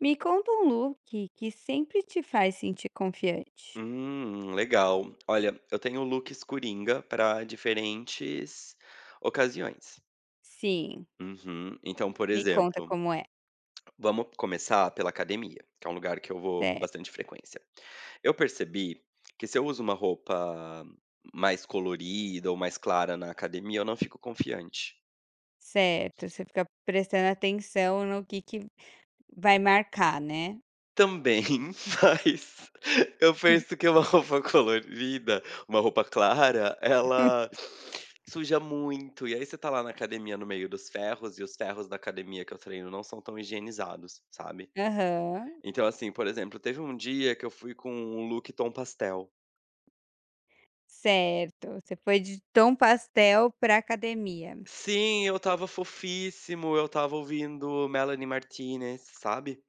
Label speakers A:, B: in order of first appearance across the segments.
A: Me conta um look que sempre te faz sentir confiante.
B: Legal. Olha, eu tenho looks coringa para diferentes ocasiões.
A: Sim,
B: Uhum. Então, por
A: me conta
B: exemplo,
A: como é.
B: vamos começar pela academia, que é um lugar que eu vou com
A: Cer
B: bastante frequência. Eu percebi que se eu uso uma roupa mais colorida ou mais clara na academia, eu não fico confiante.
A: Certo, você fica prestando atenção no que vai marcar, né.
B: Também, mas eu
A: Hum.
B: penso que uma roupa colorida, uma roupa clara, ela suja muito. E aí você tá lá na academia no meio dos ferros, e os ferros da academia que eu treino não são tão higienizados, sabe.
A: Aham,
B: Então, assim, por exemplo, teve um dia que eu fui com um look tom pastel.
A: certo. Você foi de tom pastel pra academia.
B: Sim, eu estava fofíssimo, eu estava ouvindo Melanie Martinez, sabe.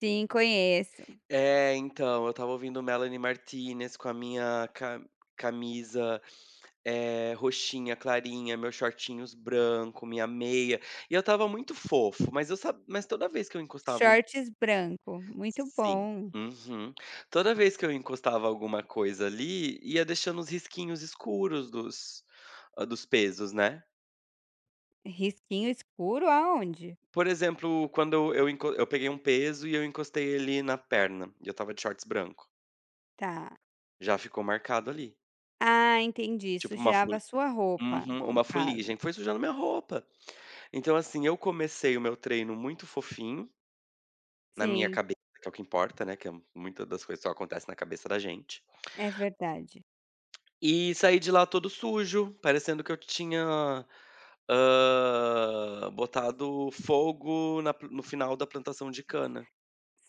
A: Sim, conheço.
B: É, então, eu estava ouvindo Melanie Martinez com a minha ca camisa, roxinha clarinha, meus shortinhos branco, minha meia, e eu estava muito fofo, mas eu sa mas toda vez que eu encostava um
A: Shorts branco, muito
B: sim,
A: bom.
B: uhum. Toda vez que eu encostava alguma coisa ali, ia deixando os risquinhos escuros dos dos pesos, né.
A: Risquinho escuro aonde?
B: Por exemplo, quando eu peguei um peso e eu encostei ele na perna, e eu estava de shorts branco,
A: Tá.
B: já ficou marcado ali,
A: Ah, entendi,
B: tipo uma.
A: sujava a sua roupa,
B: Uhum.
A: no
B: Uma fuligem,
A: caso.
B: foi sujando minha roupa. Então, assim, eu comecei o meu treino muito fofinho, na minha
A: Sim,
B: cabeça, que é o que importa, né, que é muita das coisas só acontece na cabeça da gente.
A: é verdade.
B: E saí de lá todo sujo, parecendo que eu tinha, botado fogo na pla no final da plantação de cana.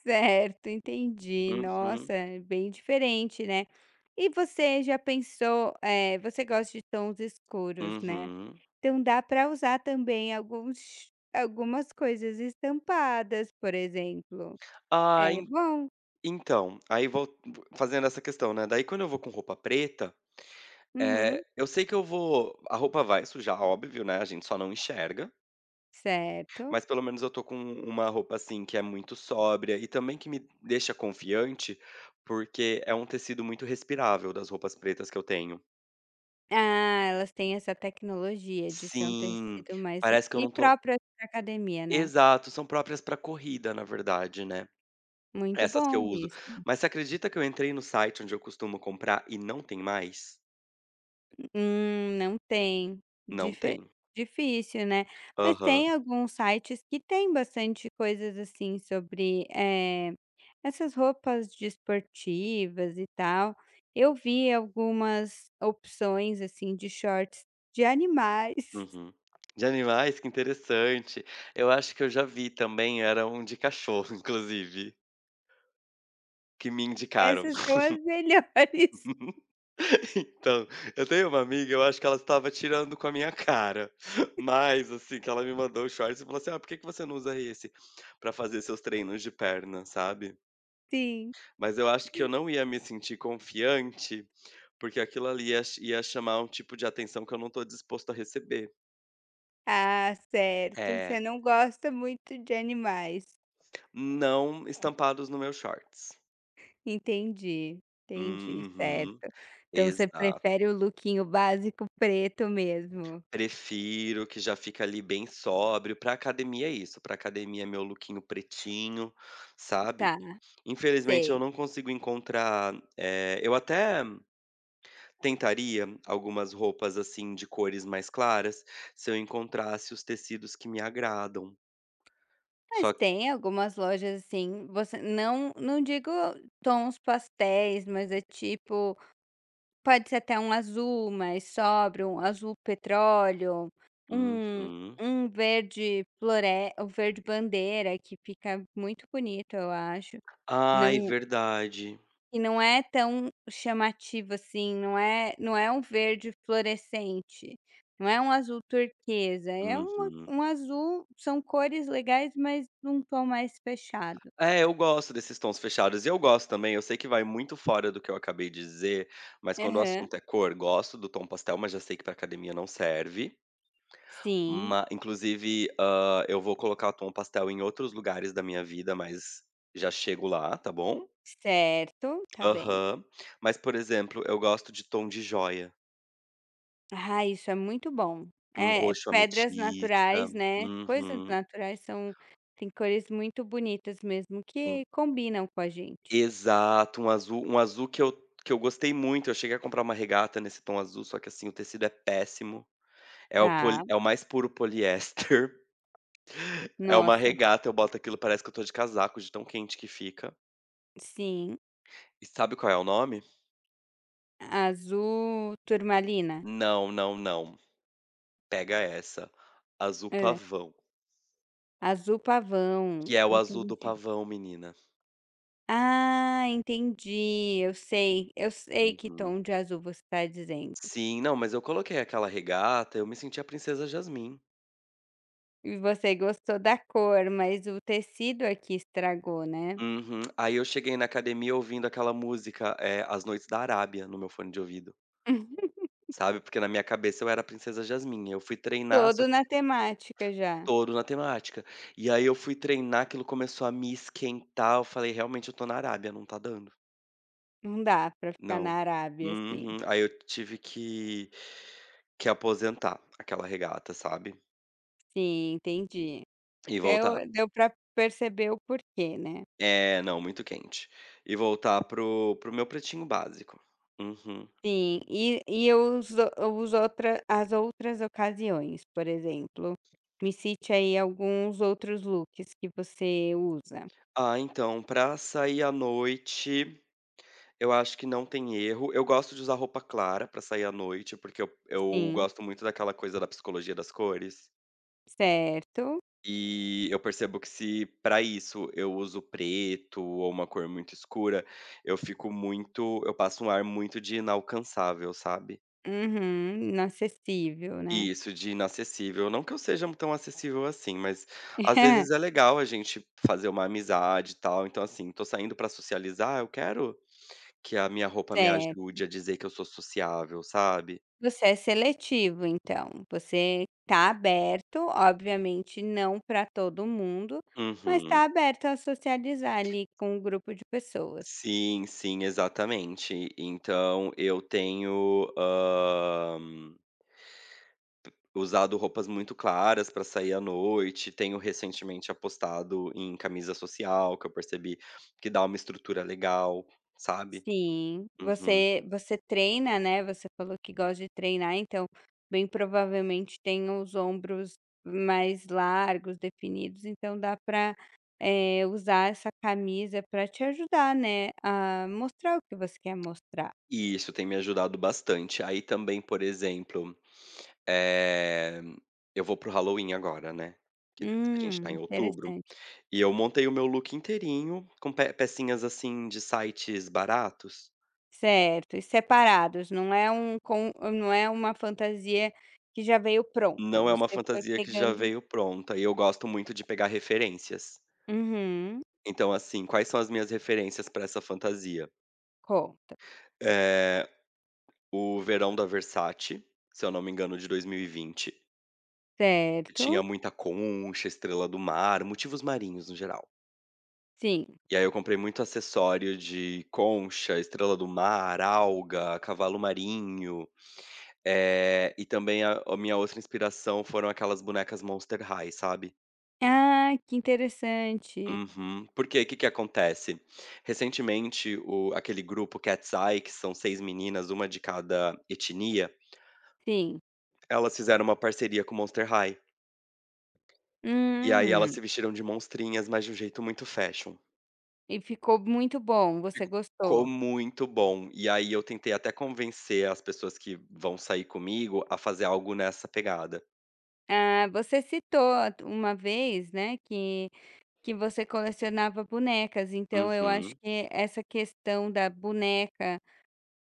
A: Certo, entendi. Nossa,
B: Uhum,
A: é bem diferente, né. E você já pensou, você gosta de tons escuros, né,
B: uhum.
A: então dá para usar também alguns algumas coisas estampadas, por exemplo.
B: Ah,
A: É
B: en
A: bom.
B: Então, aí vol fazendo essa questão, né, daí quando eu vou com roupa preta.
A: Uhum.
B: Eu sei que eu vou a roupa vai sujar, óbvio, né, a gente só não enxerga,
A: Certo.
B: mas pelo menos eu tô com uma roupa, assim, que é muito sóbria e também que me deixa confiante, porque é um tecido muito respirável das roupas pretas que eu tenho.
A: Ah, elas têm essa tecnologia de ser um
B: Sim,
A: tecido mais
B: parece que eu
A: e
B: não tô
A: próprio para academia, né.
B: exato, são próprias pra corrida, na verdade, né,
A: Muito
B: essas que eu
A: bom
B: uso.
A: isso.
B: Mas você acredita que eu entrei no site onde eu costumo comprar e não tem mais?
A: Não tem.
B: Não
A: Dife
B: tem.
A: Difícil, né. Mas
B: Aham.
A: tem alguns sites que tem bastante coisas, assim, sobre, essas roupas desportivas e tal. Eu vi algumas opções, assim, de shorts de animais.
B: Uhum. De animais, que interessante. Eu acho que eu já vi também, era um de cachorro, inclusive, que me indicaram.
A: Essas são as melhores,
B: Então, eu tenho uma amiga, eu acho que ela estava tirando com a minha cara, mas, assim, que ela me mandou o shorts e falou assim: "Ah, por que que você não usa esse pra fazer seus treinos de perna?", sabe.
A: sim.
B: Mas eu acho que eu não ia me sentir confiante, porque aquilo ali ia chamar um tipo de atenção que eu não tô disposto a receber.
A: Ah, certo,
B: É,
A: você não gosta muito de animais.
B: não estampados no meu shorts.
A: Entendi, entendi, certo.
B: Uhum,
A: Então você
B: exato.
A: prefere o lookinho básico preto mesmo.
B: Prefiro, que já fica ali bem sóbrio. Pra academia é isso, pra academia é meu lookinho pretinho, sabe.
A: Tá,
B: Infelizmente eu
A: sei.
B: não consigo encontrar, eu até tentaria algumas roupas, assim, de cores mais claras, se eu encontrasse os tecidos que me agradam.
A: Mas
B: Só.
A: tem algumas lojas assim, você não digo tons pastéis, mas é tipo, pode ser até um azul mais sóbrio, um azul petróleo, um
B: Uhum.
A: um verde flore o verde bandeira que fica muito bonito eu acho.
B: Ai,
A: Não
B: verdade.
A: E não é tão chamativo assim, não é um verde fluorescente, não é um azul turquesa, é uma
B: Uhum.
A: um azul, são cores legais, mas num tom mais fechado.
B: É, eu gosto desses tons fechados e eu gosto também, eu sei que vai muito fora do que eu acabei de dizer, mas quando o
A: Aham.
B: assunto é cor, gosto do tom pastel, mas já sei que pra academia não serve.
A: Sim,
B: Ma Inclusive, eu vou colocar o tom pastel em outros lugares da minha vida, mas já chego lá, tá bom?
A: certo, tá bem.
B: Aham. Mas, por exemplo, eu gosto de tom de jóia,
A: Ah, isso é muito bom.
B: um
A: É,
B: roxo
A: pedras
B: ametista,
A: naturais, né, coisas
B: uhum,
A: naturais são tem cores muito bonitas mesmo
B: um
A: que combinam com a gente.
B: exato, um azul, que eu gostei muito, eu cheguei a comprar uma regata nesse tom azul, só que assim, o tecido é péssimo. É o poli
A: Tá,
B: É o mais puro poliéster, é uma
A: nossa,
B: regata, eu boto aquilo, parece que eu tô de casaco, de tão quente que fica.
A: sim,
B: E sabe qual é o nome?
A: azul turmalina.
B: Não, não, não, pega essa, azul
A: Hã,
B: pavão,
A: azul pavão,
B: que é o azul do
A: entendi.
B: pavão, menina.
A: Ah, entendi, eu sei que
B: Uhum.
A: tom de azul você está dizendo.
B: Sim, não, mas eu coloquei aquela regata, eu me senti a princesa Jasmim.
A: E você gostou da cor, mas o tecido aqui estragou, né.
B: Uhum. Aí eu cheguei na academia ouvindo aquela música, é As Noites da Arábia, no meu fone de ouvido, sabe, porque na minha cabeça eu era a princesa Jasmim, eu fui treinar só
A: Todo
B: que
A: na temática já,
B: todo na temática. E aí eu fui treinar, aquilo começou a me esquentar, eu falei: "Realmente eu tô na Arábia, não tá dando,
A: não dá pra ficar na
B: não".
A: Arábia assim.
B: Uhum. Aí eu tive que aposentar aquela regata, sabe.
A: Sim, entendi.
B: E voltar
A: Deu pra perceber o porquê, né.
B: é, não, muito quente. E voltar pro meu pretinho básico. Uhum.
A: Sim, e eu uso outra as outras ocasiões, por exemplo, me cite aí alguns outros looks que você usa.
B: Ah, então, pra sair à noite, eu acho que não tem erro. Eu gosto de usar roupa clara pra sair à noite, porque eu
A: Sim,
B: gosto muito daquela coisa da psicologia das cores.
A: certo.
B: E eu percebo que se para isso eu uso preto ou uma cor muito escura, eu fico muito, eu passo um ar muito de inalcançável, sabe.
A: Uhum, inacessível, né.
B: E isso, de inacessível. Não que eu seja um tão acessível assim, mas às vezes é legal a gente fazer uma amizade e tal. Então, assim, tô saindo pra socializar, eu quero que a minha roupa me
A: Certo.
B: ajude a dizer que eu sou sociável, sabe.
A: Você é seletivo então, você está aberto, obviamente não para todo mundo, mas
B: Uhum.
A: está aberto a socializar ali com um grupo de pessoas.
B: Sim, sim, exatamente. Então eu tenho, usado roupas muito claras para sair à noite, tenho recentemente apostado em camisa social, que eu percebi que dá uma estrutura legal, sabe.
A: Sim,
B: Uhum.
A: você treina, né, você falou que gosta de treinar, então, bem provavelmente tem os ombros mais largos, definidos, então dá para usar essa camisa para te ajudar, né, a mostrar o que você quer mostrar.
B: E isso, tem me ajudado bastante. Aí também, por exemplo, eh, eu vou pro Halloween agora, né, que a gente tá em outubro,
A: Interessante.
B: e eu montei o meu look inteirinho com pe pecinhas, assim, de sites baratos.
A: Certo, e separados, não é uma fantasia que já veio pronta,
B: Não é uma
A: você foi
B: fantasia que já
A: pegando
B: veio pronta e eu gosto muito de pegar referências.
A: uhum,
B: Então, assim, quais são as minhas referências para essa fantasia?
A: conta.
B: Eh, o Verão da Versace, se eu não me engano, de 2020,
A: Certo,
B: tinha muita concha, estrela do mar, motivos marinhos no geral.
A: sim.
B: E aí eu comprei muito acessório de concha, estrela do mar, alga, cavalo marinho. E também a minha outra inspiração foram aquelas bonecas Monster High, sabe?
A: Ah, que interessante.
B: Uhum. Porque o que que acontece? Recentemente, o aquele grupo Cat's Eye, que são 6 meninas, uma de cada etnia,
A: Sim.
B: elas fizeram uma parceria com Monster High. E aí elas
A: Hum.
B: se vestiram de monstrinhas, mas de um jeito muito fashion.
A: E ficou muito bom, você
B: Ficou
A: gostou?
B: muito bom. E aí eu tentei até convencer as pessoas que vão sair comigo a fazer algo nessa pegada.
A: Ah, você citou uma vez, né, que você colecionava bonecas, então eu acho
B: Uhum.
A: que essa questão da boneca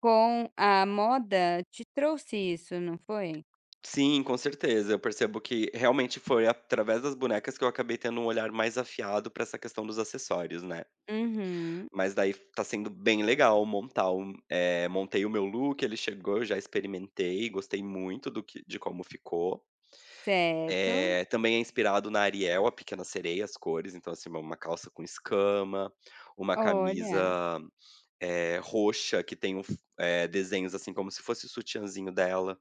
A: com a moda te trouxe isso, não foi?
B: Sim, com certeza. Eu percebo que realmente foi através das bonecas que eu acabei tendo um olhar mais afiado para essa questão dos acessórios, né.
A: Uhum.
B: Mas daí tá sendo bem legal montar um montei o meu look, ele chegou, eu já experimentei, gostei muito do que de como ficou.
A: Certo.
B: Também é inspirado na Ariel, A Pequena Sereia, as cores, então, assim, uma calça com escama, uma
A: Olha.
B: camisa, roxa que tem um desenhos, assim, como se fosse o sutiãzinho dela.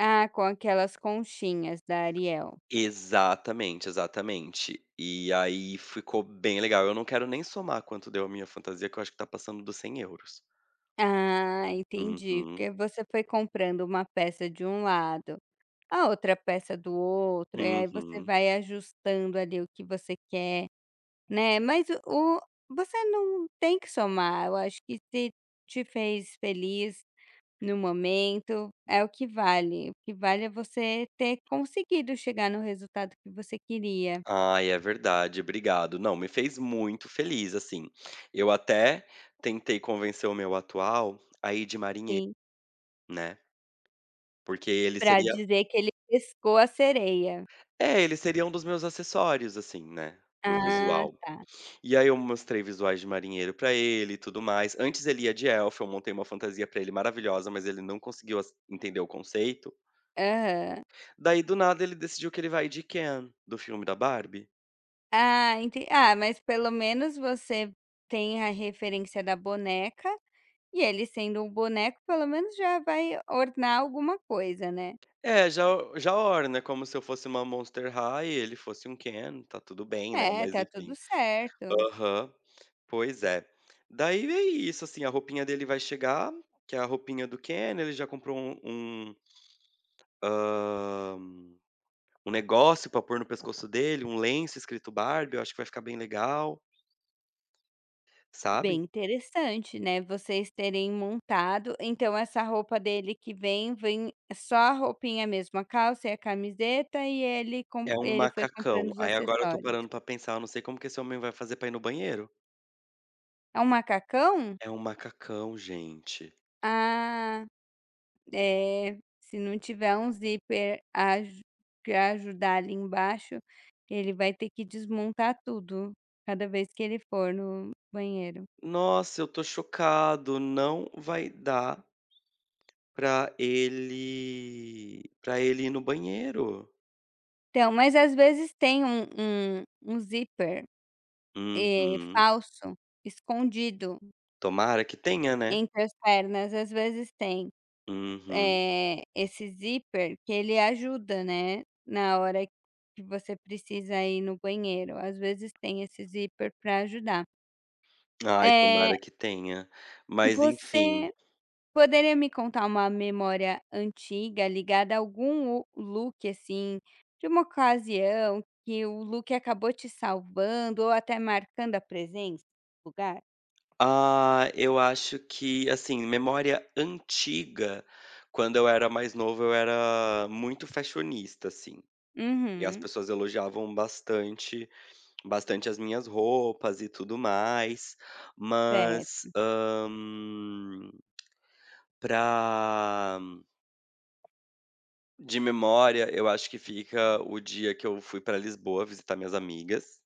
A: Ah, com aquelas conchinhas da Ariel.
B: Exatamente, exatamente. E aí ficou bem legal. Eu não quero nem somar quanto deu a minha fantasia, que eu acho que tá passando dos €100.
A: Ah, entendi,
B: Uhum,
A: porque você foi comprando uma peça de um lado a outra peça do outro, e aí você
B: uhum.
A: vai ajustando ali o que você quer, né. Mas você não tem que somar, eu acho que se te fez feliz no momento, é o que vale. O que vale é você ter conseguido chegar no resultado que você queria.
B: Ai, é verdade, obrigado. Não, me fez muito feliz, assim. Eu até tentei convencer o meu atual a ir de marinheiro,
A: Sim,
B: né, porque ele
A: pra
B: seria
A: dizer que ele pescou a sereia.
B: é, ele seria um dos meus acessórios, assim, né, para o
A: Ah,
B: visual.
A: tá.
B: E aí eu mostrei visuais de marinheiro pra ele e tudo mais. Antes ele ia de elfo, eu montei uma fantasia pra ele maravilhosa, mas ele não conseguiu ass entender o conceito.
A: Aham.
B: Daí, do nada, ele decidiu que ele vai de Ken, do filme da Barbie.
A: Ah, entendi. Ah, mas pelo menos você tem a referência da boneca, e ele sendo um boneco pelo menos já vai ornar alguma coisa, né.
B: É, já já ora, né? Como se eu fosse uma Monster High e ele fosse um Ken, tá tudo bem, né,
A: É,
B: mas
A: tá tudo
B: enfim.
A: certo.
B: Aham. Pois é. Daí é isso, assim, a roupinha dele vai chegar, que é a roupinha do Ken, ele já comprou um, hã, um negócio pra pôr no pescoço dele, um lenço escrito Barbie, eu acho que vai ficar bem legal, sabe.
A: Bem interessante, né, vocês terem montado então essa roupa dele que vem, vem só a roupinha mesmo, a calça e a camiseta e ele com
B: É um
A: ele foi
B: macacão,
A: comprando os
B: aí agora eu tô
A: acessórios.
B: parando pra pensar, eu não sei como que esse homem vai fazer pra ir no banheiro.
A: É um macacão?
B: É um macacão, gente.
A: Ah. É, se não tiver um zíper para ajudar ali embaixo, ele vai ter que desmontar tudo, cada vez que ele for no banheiro.
B: Nossa, eu tô chocado, não vai dar pra ele para ele ir no banheiro.
A: Então, mas às vezes tem um zíper,
B: Uhum.
A: falso, escondido
B: Tomara que tenha, né.
A: entre as pernas, às vezes tem,
B: Uhum.
A: esse zíper que ele ajuda, né, na hora que você precisa ir no banheiro, às vezes tem esse zíper para ajudar.
B: Ai,
A: Eh,
B: tomara que tenha. Mas enfim.
A: você Poderia me contar uma memória antiga ligada a algum o look, assim, de uma ocasião que o look acabou te salvando ou até marcando a presença no lugar?
B: Ah, eu acho que, assim, memória antiga, quando eu era mais novo, eu era muito fashionista, assim, e as
A: Uhum,
B: pessoas elogiavam bastante as minhas roupas e tudo mais,
A: certo.
B: mas, pra de memória, eu acho que fica o dia que eu fui pra Lisboa visitar minhas amigas,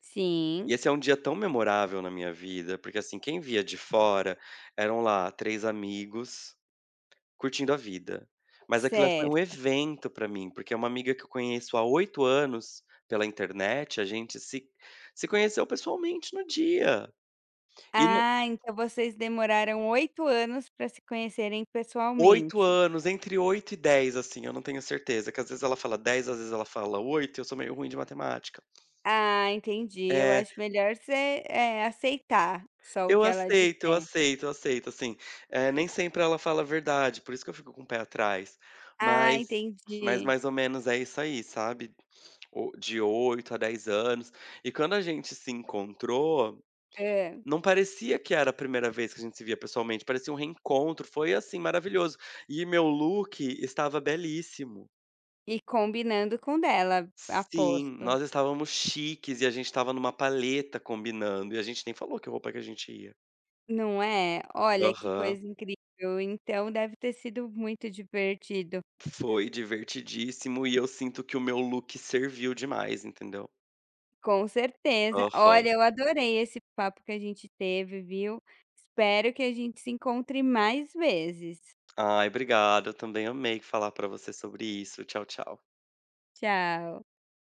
A: Sim,
B: e esse é um dia tão memorável na minha vida, porque, assim, quem via de fora eram lá 3 amigos curtindo a vida, mas aquilo foi um
A: certo.
B: evento pra mim, porque é uma amiga que eu conheço há 8 anos pela internet, a gente se conheceu pessoalmente no dia, e
A: Ah, então vocês demoraram 8 anos para se conhecerem
B: 8
A: pessoalmente.
B: anos, entre 8 e 10 assim, eu não tenho certeza, que às vezes ela fala 10, às vezes ela fala 8, eu sou meio ruim de matemática.
A: Ah, entendi. Eu
B: É,
A: acho melhor você, aceitar só o
B: eu
A: que ela
B: aceito, eu
A: disser.
B: aceito, eu aceito, assim, nem sempre ela fala a verdade, por isso que eu fico com o pé atrás,
A: Ah,
B: mas
A: entendi.
B: mais ou menos é isso aí, sabe, o de 8 a 10 anos. E quando a gente se encontrou, não parecia que era a primeira vez que a gente se via pessoalmente, parecia um reencontro, foi, assim, maravilhoso. E meu look estava belíssimo.
A: E combinando com o dela,
B: Sim,
A: aposto.
B: nós estávamos chiques e a gente estava numa palheta combinando, e a gente nem falou que roupa que a gente ia.
A: Não é? Olha que
B: Aham.
A: coisa incrível, então deve ter sido muito divertido.
B: Foi divertidíssimo e eu sinto que o meu look serviu demais, entendeu.
A: Com certeza.
B: Aham.
A: Olha, eu adorei esse papo que a gente teve, viu. Espero que a gente se encontre mais vezes.
B: Ai, obrigado, eu também amei falar pra você sobre isso. Tchau, tchau.
A: Tchau.